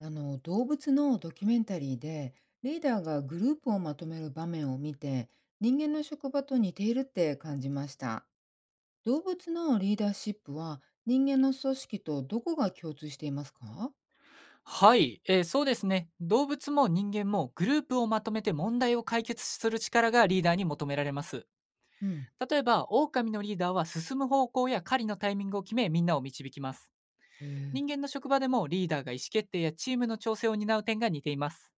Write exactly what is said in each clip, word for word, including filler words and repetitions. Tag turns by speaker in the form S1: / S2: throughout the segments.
S1: あの動物のドキュメンタリーで、リーダーがグループをまとめる場面を見て、人間の職場と似ているって感じました。動物のリーダーシップは人間の組織とどこが共通していますか？
S2: はい、えーそうですね。動物も人間もグループをまとめて問題を解決する力がリーダーに求められます。
S1: うん。
S2: 例えば、狼のリーダーは進む方向や狩りのタイミングを決め、みんなを導きます。
S1: えー、
S2: 人間の職場でもリーダーが意思決定やチームの調整を担う点が似ています。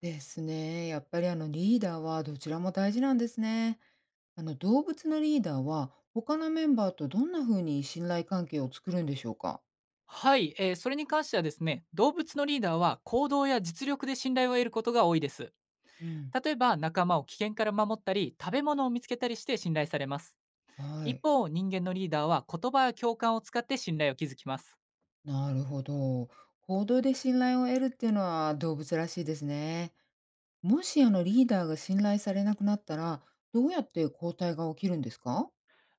S1: ですね。やっぱりあのリーダーはどちらも大事なんですね。あの動物のリーダーは他のメンバーとどんな風に信頼関係を作るんでしょうか？
S2: はい、えーそれに関してはですね、動物のリーダーは行動や実力で信頼を得ることが多いです。
S1: うん。
S2: 例えば、仲間を危険から守ったり、食べ物を見つけたりして信頼されます。
S1: は
S2: 一
S1: い。
S2: 方、人間のリーダーは言葉や共感を使って信頼を築きます。
S1: なるほど。報道で信頼を得るっていうのは動物らしいですね。もしあのリーダーが信頼されなくなったら、どうやって交代が起きるんですか？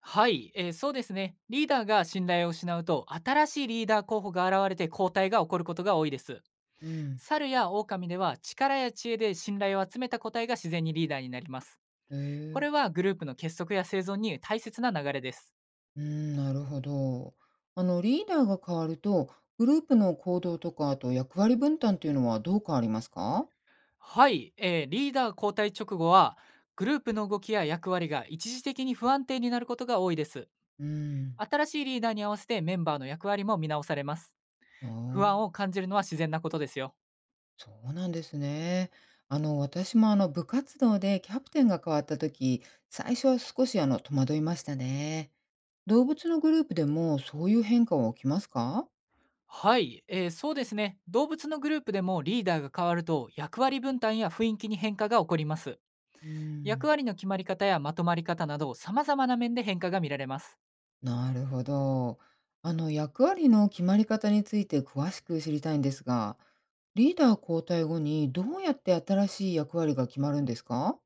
S2: はい、えー、そうですね。リーダーが信頼を失うと、新しいリーダー候補が現れて交代が起こることが多いです。
S1: うん。
S2: 猿や狼では力や知恵で信頼を集めた個体が自然にリーダーになります。
S1: へ
S2: こ
S1: え。
S2: れはグループの結束や生存に大切な流れです。
S1: うん、なるほど。あのリーダーが変わると、グループの行動とか、あと役割分担っていうのはどう変わりますか？
S2: はい、えー、リーダー交代直後は、グループの動きや役割が一時的に不安定になることが多いです。
S1: うん。
S2: 新しいリーダーに合わせてメンバーの役割も見直されます。
S1: ああ、
S2: 不安を感じるのは自然なことですよ。
S1: そうなんですね。あの私もあの部活動でキャプテンが変わった時、最初は少しあの戸惑いましたね。動物のグループでもそういう変化は起きますか？
S2: はい、えー、そうですね。動物のグループでもリーダーが変わると、役割分担や雰囲気に変化が起こります。
S1: うー
S2: 役
S1: ん。
S2: 割の決まり方やまとまり方など、様々な面で変化が見られます。
S1: なるほど。あの役割の決まり方について詳しく知りたいんですが、リーダー交代後にどうやって新しい役割が決まるんですか？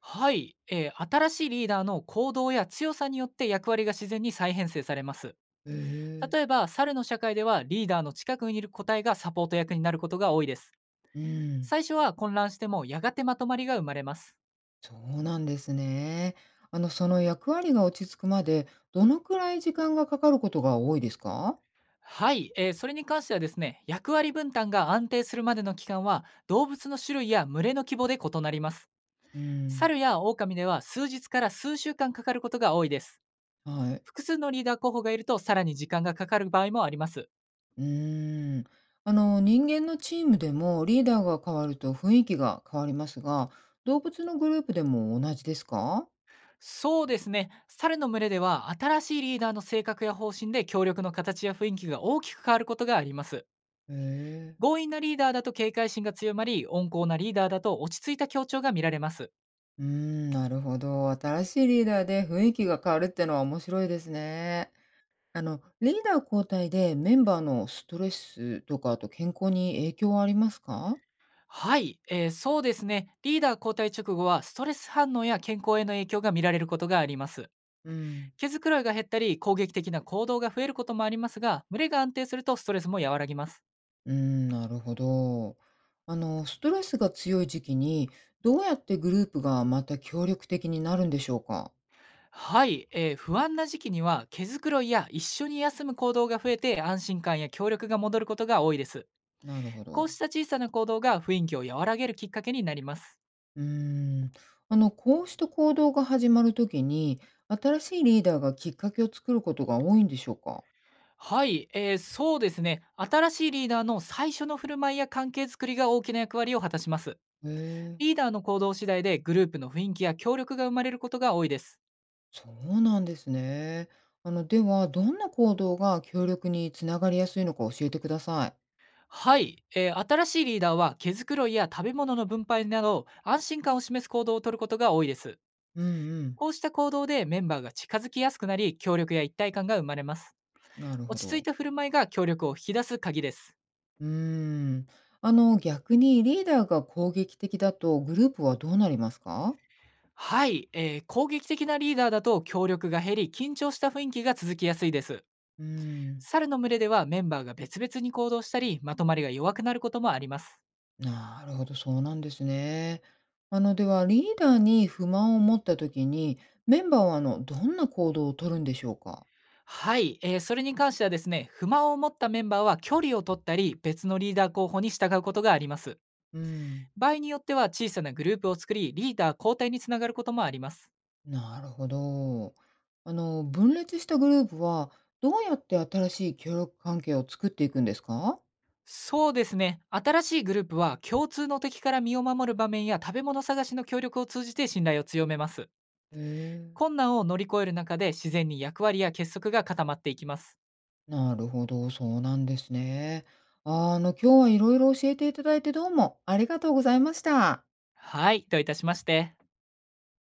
S2: はい、えー、新しいリーダーの行動や強さによって、役割が自然に再編成されます。
S1: へえ。
S2: 例えば、猿の社会ではリーダーの近くにいる個体がサポート役になることが多いです。
S1: うん、
S2: 最初は混乱しても、やがてまとまりが生まれます。
S1: そうなんですね。あのその役割が落ち着くまでどのくらい時間がかかることが多いですか？
S2: はい、えーそれに関してはですね、役割分担が安定するまでの期間は、動物の種類や群れの規模で異なります。
S1: うん、
S2: 猿や狼では数日から数週間かかることが多いです。
S1: はい。
S2: 複数のリーダー候補がいると、さらに時間がかかる場合もあります。
S1: うーん。あの、人間のチームでもリーダーが変わると雰囲気が変わりますが、動物のグループでも同じですか？
S2: そうですね、猿の群れでは新しいリーダーの性格や方針で、協力の形や雰囲気が大きく変わることがあります。
S1: へえ。
S2: 強引なリーダーだと警戒心が強まり、温厚なリーダーだと落ち着いた協調が見られます。
S1: うーん、なるほど。新しいリーダーで雰囲気が変わるってのは面白いですね。あの、リーダー交代でメンバーのストレスとか、あと健康に影響はありますか？
S2: はい、えー、そうですね。リーダー交代直後は、ストレス反応や健康への影響が見られることがあります。
S1: うん。
S2: 毛づくろいが減ったり、攻撃的な行動が増えることもありますが、群れが安定するとストレスも和らぎます。
S1: うーん、なるほど。あの、ストレスが強い時期に、どうやってグループがまた協力的になるんでしょうか？
S2: はい、えー、不安な時期には、毛づくろいや一緒に休む行動が増えて、安心感や協力が戻ることが多いです。
S1: なるほ
S2: こう
S1: ど。
S2: した小さな行動が、雰囲気を和らげるきっかけになります。
S1: うーん。あの、こうした行動が始まるときに、新しいリーダーがきっかけを作ることが多いんでしょうか？
S2: はい、えー、そうですね。新しいリーダーの最初の振る舞いや関係づくりが、大きな役割を果たします。
S1: へえ、
S2: リーダーの行動次第で、グループの雰囲気や協力が生まれることが多いです。
S1: そうなんですね。あの、では、どんな行動が協力につながりやすいのか教えてください。
S2: はい、えー新しいリーダーは毛づくろいや食べ物の分配など、安心感を示す行動をとることが多いです。
S1: うんうん。
S2: こうした行動でメンバーが近づきやすくなり、協力や一体感が生まれます。
S1: なるほ
S2: 落ち着い
S1: ど。
S2: た振る舞いが協力を引き出す鍵です。
S1: うーん。あの、逆にリーダーが攻撃的だとグループはどうなりますか？
S2: はい、えー攻撃的なリーダーだと、協力が減り、緊張した雰囲気が続きやすいです。
S1: うん。
S2: 猿の群れでは、メンバーが別々に行動したり、まとまりが弱くなることもあります。
S1: なるほど、そうなんですね。あの、では、リーダーに不満を持った時に、メンバーは、あの、どんな行動をとるんでしょうか？
S2: はい、えーそれに関してはですね、不満を持ったメンバーは距離を取ったり、別のリーダー候補に従うことがあります。
S1: うん、
S2: 場合によっては小さなグループを作り、リーダー交代につながることもあります。
S1: なるほど。あの、分裂したグループは、どうやって新しい協力関係を作っていくんですか？
S2: そうですね、新しいグループは共通の敵から身を守る場面や食べ物探しの協力を通じて、信頼を強めます。
S1: へえ、
S2: 困難を乗り越える中で、自然に役割や結束が固まっていきます。
S1: なるほど、そうなんですね。あーあの、今日は色々教えていただいて、どうもありがとうございました。
S2: はい、どういたしまして。